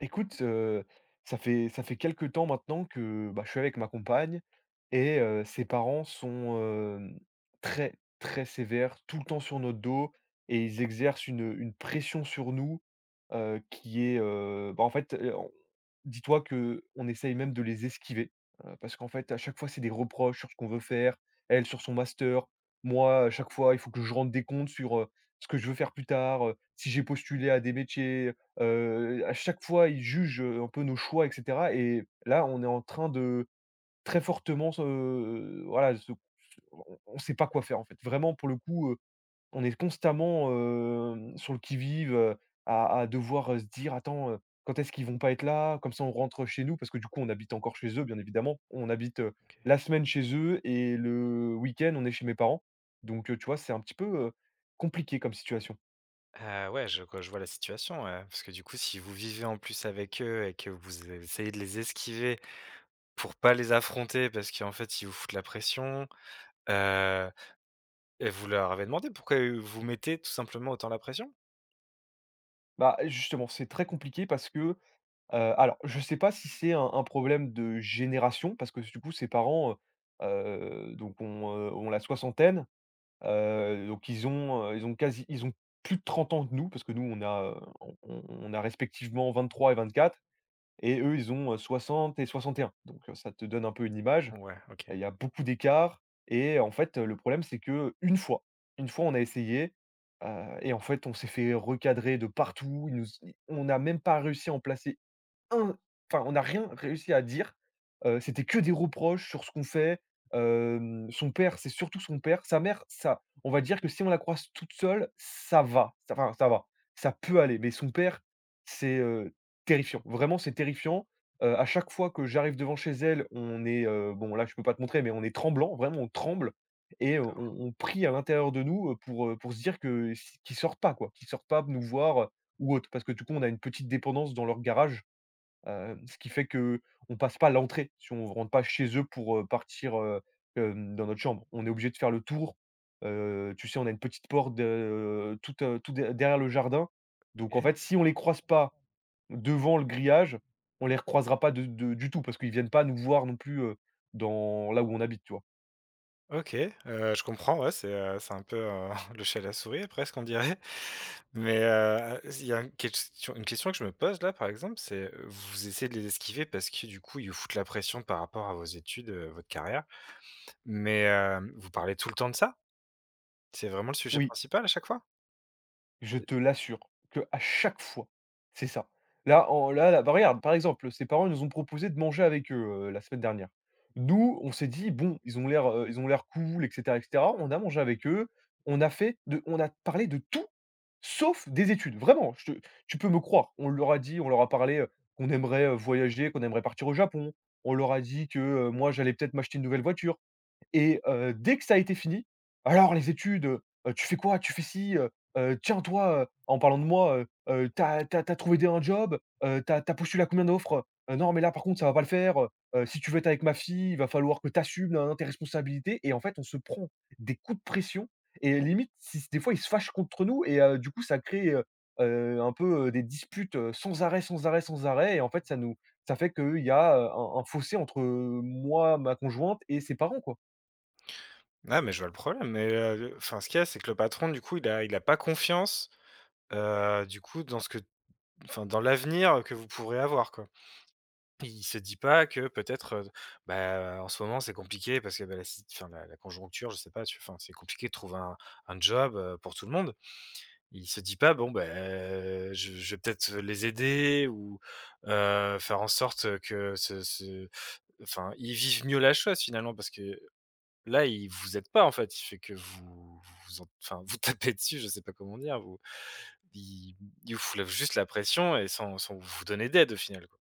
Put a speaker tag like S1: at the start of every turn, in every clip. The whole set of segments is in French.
S1: Écoute, ça fait quelques temps maintenant que, bah, je suis avec ma compagne et ses parents sont, hem, très, très sévères, tout le temps sur notre dos et ils exercent une pression sur nous, qui est, bah, en fait, dis-toi que on essaye même de les esquiver, parce qu'en fait, à chaque fois, c'est des reproches sur ce qu'on veut faire, elle sur son master, moi, à chaque fois, il faut que je rende des comptes sur, ce que je veux faire plus tard, si j'ai postulé à des métiers, à chaque fois, ils jugent, un peu nos choix et cetera. Et là, on est en train de très fortement se voilà, se on sait pas quoi faire, en fait. Vraiment, pour le coup, on est constamment, sur le qui-vive, à devoir, se dire: «Attends, quand est-ce qu'ils vont pas être là?» Comme ça, on rentre chez nous parce que du coup, on habite encore chez eux, bien évidemment. On habite,
S2: OK.
S1: la semaine chez eux et le week-end, on est chez mes parents. Donc, tu vois, c'est un petit peu, compliqué comme situation.
S2: Ah ouais, je vois la situation, ouais, parce que du coup, si vous vivez en plus avec eux et que essayez de les esquiver pour pas les affronter parce qu'en fait, ils vous foutent la pression, heu et vous leur avez demandé pourquoi, vous mettez tout simplement autant la pression?
S1: Bah, justement, c'est très compliqué parce que, alors je sais pas si c'est un problème de génération parce que du coup, ses parents, donc ont, ont la soixantaine. Donc ils ont quasi ils ont plus de 30 ans que nous, parce que nous on a, on on a respectivement 23 et 24 et eux ils ont, 60 et 61. Donc ça te donne un peu une image.
S2: Ouais, OK.
S1: Il y a beaucoup d'écart et en fait, le problème c'est que une fois on a essayé, heu et en fait on s'est fait recadrer de partout. Ils nous on n'a même pas réussi à en placer In enfin, on n'a rien réussi à dire. C'était que des reproches sur ce qu'on fait. Son père, c'est surtout son père. Sa mère, ça on va dire que si on la croise toute seule, ça va. Ça Enfin, ça va, ça peut aller. Mais son père, c'est, terrifiant. Vraiment, c'est terrifiant. À chaque fois que j'arrive devant chez elle, on est, bon là, je peux pas te montrer, mais on est tremblant, vraiment, on tremble et on prie à l'intérieur de nous, pour se dire que s qu'ils sortent pas, quoi, qu'ils sortent pas nous voir, ou autre. Parce que du coup, on a une petite dépendance dans leur garage. Ce qui fait que on passe pas l'entrée, si on rentre pas chez eux pour, partir, dans notre chambre. On est obligé de faire le tour, tu sais, on a une petite porte tout de derrière le jardin. Donc en
S2: Et
S1: fait, si on les croise pas devant le grillage, on les recroisera pas de du tout parce qu'ils viennent pas nous voir non plus, dans là où on habite, tu vois?
S2: OK, je comprends, ouais, c'est un peu, le chat et la souris presque, on dirait. Mais, il y a une question que je me pose là, par exemple, c'est, vous essayez de les esquiver parce que du coup, ils vous foutent la pression par rapport à vos études, votre carrière. Mais vous parlez tout le temps de ça? C'est vraiment le sujet
S1: Oui.
S2: principal à chaque fois?
S1: Je
S2: Et
S1: te l'assure que à chaque fois, c'est ça. Là, bah, regarde, par exemple, ses parents, ils nous ont proposé de manger avec eux, la semaine dernière. Nous, on s'est dit: «Bon, ils ont l'air cool et cetera et cetera». On a mangé avec eux, on a parlé de tout, sauf des études. Vraiment, je te tu peux me croire. On leur a dit, on leur a parlé, qu'on aimerait, voyager, qu'on aimerait partir au Japon. On leur a dit que, moi, j'allais peut-être m'acheter une nouvelle voiture. Et dès que ça a été fini: «Alors les études, tu fais quoi? Tu fais ci, tiens toi,» en parlant de moi, t'as as tu trouvé des un job? T'as as postulé à combien d'offres? Non mais là par contre ça va pas le faire, si tu veux être avec ma fille, il va falloir que t'assumes assumes nin tes responsabilités» et en fait on se prend des coups de pression et limite si des fois ils se fâchent contre nous et du coup ça crée, un peu, des disputes, sans arrêt, sans arrêt, sans arrêt et en fait ça fait qu'il y a, un fossé entre, moi, ma conjointe et ses parents, quoi.
S2: Ah mais je vois le problème, mais enfin ce qu'il y a, c'est que le patron du coup, il a pas confiance. Du coup, dans ce que enfin, dans l'avenir que vous pourrez avoir, quoi. Il se dit pas que peut-être, bah, en ce moment, c'est compliqué parce que, bah, la si enfin, la conjoncture, je sais pas, tu enfin, c'est compliqué de trouver un job, pour tout le monde. Il se dit pas: «Bon, bah, je vais peut-être les aider ou, faire en sorte que ce» enfin, ils vivent mieux la chose finalement parce que là, ils vous aident pas, en fait. Il fait que vous vous en enfin, vous tapez dessus, je sais pas comment dire, vous ils il vous soulève juste la pression et sans vous donner d'aide au final, quoi.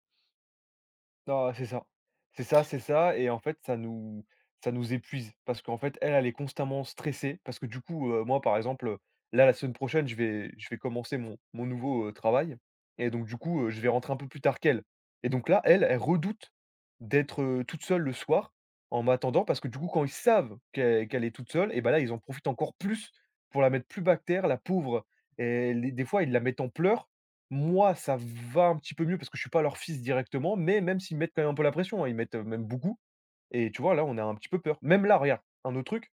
S1: Non, c'est ça. C'est ça, c'est ça et en fait, ça nous épuise parce qu'en fait, elle, elle est constamment stressée parce que du coup, moi, par exemple, là, la semaine prochaine, je vais commencer mon nouveau, travail et donc du coup, je vais rentrer un peu plus tard qu'elle et donc là, elle, elle redoute d'être, toute seule le soir en m'attendant parce que du coup, quand ils savent qu'elle est toute seule et bah, là, ils en profitent encore plus pour la mettre plus bas terre, la pauvre et les des fois, ils la mettent en pleurs. Moi, ça va un petit peu mieux parce que je suis pas leur fils directement, mais même s'ils mettent quand même un peu la pression, hein, ils mettent, même beaucoup et tu vois, là, on a un petit peu peur. Même là, regarde, un autre truc,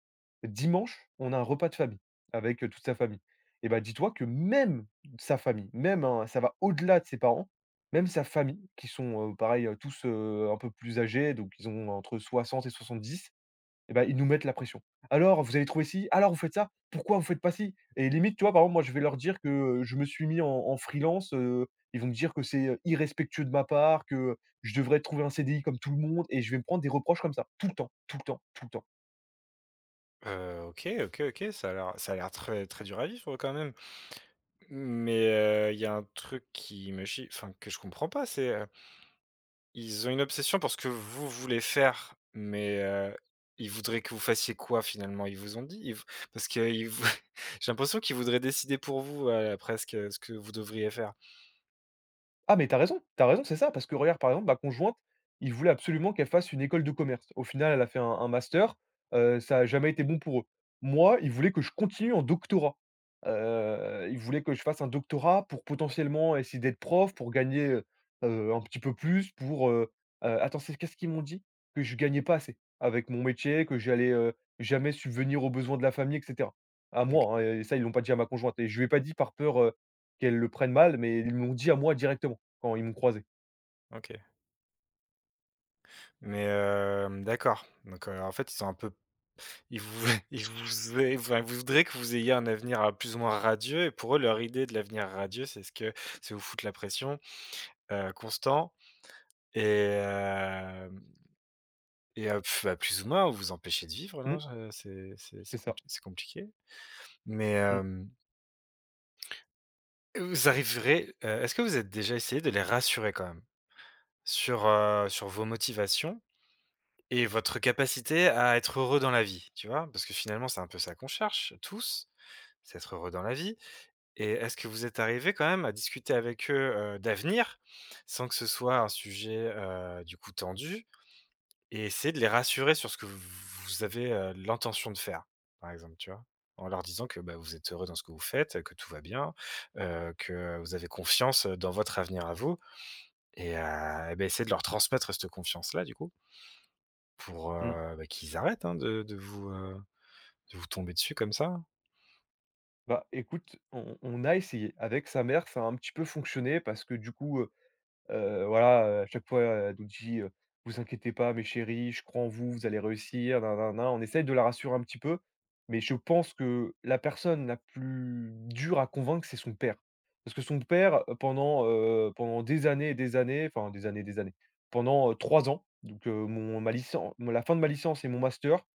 S1: dimanche, on a un repas de famille avec, toute sa famille et bah, dis-toi que même sa famille, même, hein, ça va au-delà de ses parents, même sa famille qui sont, pareil, tous, un peu plus âgés, donc ils ont entre 60 et 70. Et ben ils nous mettent la pression. «Alors, vous avez trouvé ci? Alors, vous faites ça? Pourquoi vous faites pas ci?» Et limite, tu vois, par exemple, moi, je vais leur dire que, je me suis mis en freelance, ils vont me dire que c'est, irrespectueux de ma part, que je devrais trouver un CDI comme tout le monde et je vais me prendre des reproches comme ça, tout le temps, tout le temps, tout le temps.
S2: OK. Ça a l'air très très dur à vivre quand même. Mais, il y a un truc qui me chie enfin que je comprends pas, c'est, ils ont une obsession pour ce que vous voulez faire, mais, ils voudraient que vous fassiez quoi finalement? Ils vous ont dit? Ils v parce qu'ils vou j'ai l'impression qu'ils voudraient décider pour vous, presque, ce que vous devriez faire.
S1: Ah mais t'as raison, c'est ça, parce que regarde, par exemple, ma conjointe, il voulait absolument qu'elle fasse une école de commerce. Au final, elle a fait un master, ça n'a jamais été bon pour eux. Moi, ils voulaient que je continue en doctorat. Ils voulaient que je fasse un doctorat pour potentiellement essayer d'être prof, pour gagner, un petit peu plus, pour, attends, c'est qu'est-ce qu'ils m'ont dit? Que je gagnais pas assez avec mon métier, que j'allais, jamais subvenir aux besoins de la famille et cetera. À
S2: OK.
S1: moi, hein, et ça, ils l'ont pas dit à ma conjointe et je lui ai pas dit par peur, qu'elle le prenne mal, mais ils m'ont dit à moi directement. Quand ils m'ont croisé.
S2: OK. Mais, d'accord. Donc, en fait, ils sont un peu... Ils vous ils vous ai enfin, vous voudrez que vous ayez un avenir, plus ou moins radieux et pour eux, leur idée de l'avenir radieux, c'est ce que c'est vous foutre la pression, constant et hem et bah, plus ou moins vous empêcher de vivre, non?
S1: Mmh,
S2: Je
S1: c'est ça.
S2: c'est compliqué. Mais
S1: Mmh,
S2: vous arriverez, est-ce que vous êtes déjà essayé de les rassurer quand même sur, sur vos motivations et votre capacité à être heureux dans la vie, tu vois? Parce que finalement, c'est un peu ça qu'on cherche tous, c'est être heureux dans la vie. Et est-ce que vous êtes arrivé quand même à discuter avec eux, d'avenir, sans que ce soit un sujet, du coup tendu, et essayer de les rassurer sur ce que v vous avez, l'intention de faire, par exemple, tu vois? En leur disant que, bah, vous êtes heureux dans ce que vous faites, que tout va bien, que vous avez confiance, dans votre avenir à vous et beh, essayer de leur transmettre cette confiance-là, du coup, pour,
S1: mmh.
S2: bah, qu'ils arrêtent, hein, de vous, de vous tomber dessus comme ça.
S1: Bah, écoute, on a essayé. Avec sa mère, ça a un petit peu fonctionné parce que du coup, voilà, à chaque fois, elle nous dit, «Vous inquiétez pas mes chéris, je crois en vous, vous allez réussir, nin nin nin». On essaye de la rassurer un petit peu, mais je pense que la personne la plus dure à convaincre, c'est son père. Parce que son père, pendant, pendant des années et des années, enfin des années et des années, pendant, 3 ans, donc, mon ma licen la fin de ma licence et mon master,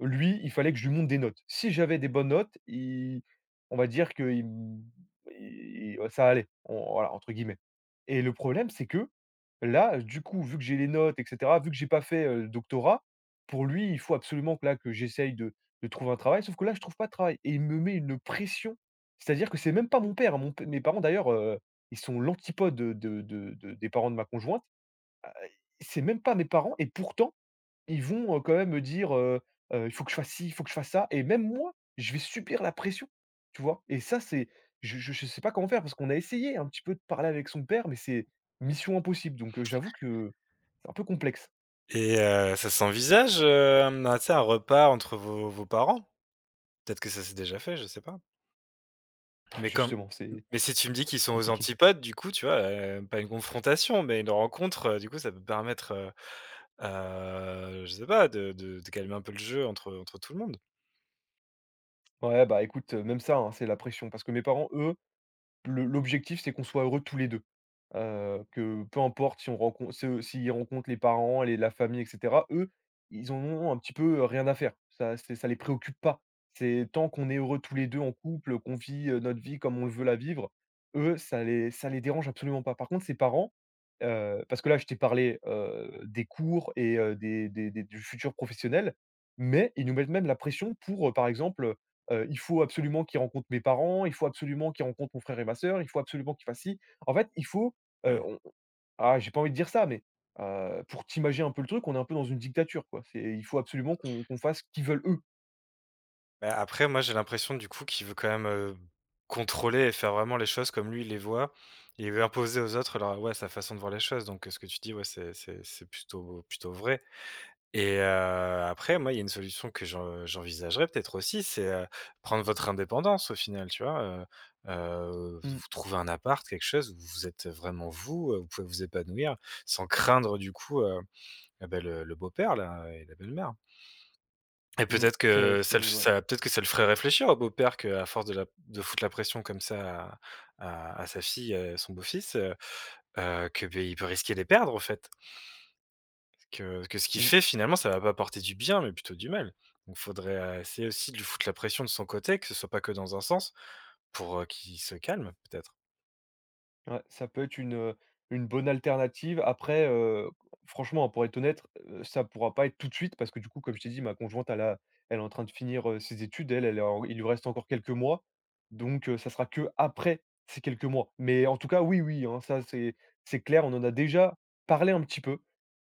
S1: lui, il fallait que je lui monte des notes. Si j'avais des bonnes notes, il on va dire qu'il me il ça allait, on voilà, entre guillemets. Et le problème, c'est que là, du coup, vu que j'ai les notes et cetera, vu que j'ai pas fait, le doctorat, pour lui, il faut absolument que là, que j'essaye de trouver un travail. Sauf que là, je trouve pas de travail et il me met une pression. C'est-à-dire que c'est même pas mon père, hein, mon p mes parents d'ailleurs, ils sont l'antipode, de des parents de ma conjointe. C'est même pas mes parents et pourtant ils vont, quand même me dire, «Il faut que je fasse ci, il faut que je fasse ça» et même moi, je vais subir la pression, tu vois? Et ça, c'est je sais pas comment faire parce qu'on a essayé un petit peu de parler avec son père, mais c'est mission impossible donc j'avoue que c'est un peu complexe.
S2: Et ça s'envisage, un tu sais, un repas entre vos parents? Peut-être que ça s'est déjà fait, je sais pas? Mais comme
S1: Justement, c'est
S2: mais si tu me dis qu'ils sont aux
S1: compliqué.
S2: antipodes, du coup, tu vois, pas une confrontation, mais une rencontre, du coup, ça peut permettre, je sais pas, de calmer un peu le jeu entre tout le monde?
S1: Ouais, bah, écoute, même ça, hein, c'est la pression parce que mes parents, eux le l'objectif, c'est qu'on soit heureux tous les 2. Que peu importe si on rencontre, se s'ils rencontrent les parents, les la famille et cetera, eux, ils en ont un petit peu, rien à faire. Ça c'est ça les préoccupe pas. C'est tant qu'on est heureux tous les 2 en couple, qu'on vit, notre vie comme on veut la vivre, eux, ça les dérange absolument pas. Par contre, ses parents, parce que là, je t'ai parlé, des cours et des du futur professionnel, mais ils nous mettent même la pression pour, par exemple, il faut absolument qu'il rencontre mes parents, il faut absolument qu'il rencontre mon frère et ma sœur, il faut absolument qu'il fasse ci. En fait, il faut,
S2: Mmh.
S1: on ah, j'ai pas envie de dire ça, mais, pour t'imaginer un peu le truc, on est un peu dans une dictature, quoi. C'est il faut absolument qu'on fasse ce qu'ils veulent eux.
S2: Bah, après, moi, j'ai l'impression du coup qu'il veut quand même, contrôler et faire vraiment les choses comme lui il les voit. Et il veut imposer aux autres leur ouais, sa façon de voir les choses. Donc, ce que tu dis, ouais, c'est plutôt vrai et après, moi, il y a une solution que j'envisagerais peut-être aussi, c'est, prendre votre indépendance au final, tu vois?
S1: Mmh,
S2: Vous trouvez un appart, quelque chose où vous êtes vraiment vous, vous pouvez vous épanouir sans craindre du coup, et bah, le beau-père là et la belle-mère. Et
S1: mmh,
S2: peut-être
S1: c'est
S2: que
S1: c'est ouais.
S2: ça peut-être que ça le ferait réfléchir au beau-père qu'à force de foutre la pression comme ça à sa fille et son beau-fils, que, beh, il peut risquer de les perdre en fait. Que ce qu'il
S1: Mmh.
S2: fait finalement ça va pas apporter du bien mais plutôt du mal. Donc faudrait, essayer aussi de lui foutre la pression de son côté, que ce soit pas que dans un sens, pour, qu'il se calme peut-être.
S1: Ouais, ça peut être une bonne alternative. Après, franchement, pour être honnête, ça pourra pas être tout de suite parce que du coup, comme je t'ai dit, ma conjointe, elle est en train de finir, ses études. Elle, elle est en il lui reste encore quelques mois, donc ça sera que après ces quelques mois. Mais en tout cas, oui, oui, hein, ça c'est clair. On en a déjà parlé un petit peu.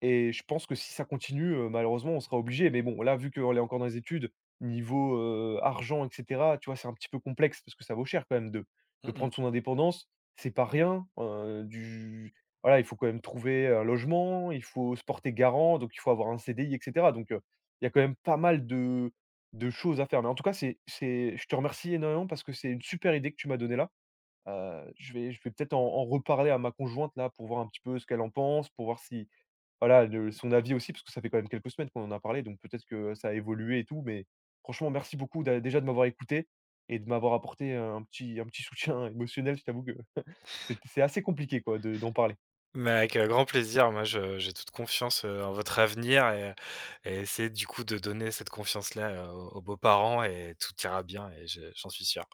S1: Et je pense que si ça continue, malheureusement, on sera obligé. Mais bon, là, vu qu'on est encore dans les études, niveau, argent et cetera, tu vois, c'est un petit peu complexe parce que ça vaut cher quand même de
S2: Mmh mh.
S1: prendre son indépendance. C'est pas rien, du voilà, il faut quand même trouver un logement, il faut se porter garant, donc il faut avoir un CDI et cetera. Donc il y a quand même pas mal de choses à faire. Mais en tout cas, c'est je te remercie énormément parce que c'est une super idée que tu m'as donnée là. Je vais peut-être en reparler à ma conjointe là pour voir un petit peu ce qu'elle en pense, pour voir si voilà, le son avis aussi, parce que ça fait quand même quelques semaines qu'on en a parlé, donc peut-être que ça a évolué et tout, mais franchement, merci beaucoup d'a déjà de m'avoir écouté et de m'avoir apporté un petit soutien émotionnel. Je t'avoue que c'est assez compliqué quoi de d'en parler.
S2: Mais avec, grand plaisir, moi je j'ai toute confiance, en votre avenir et essayer du coup de donner cette confiance-là, aux aux beaux-parents et tout ira bien et je j'en suis sûr.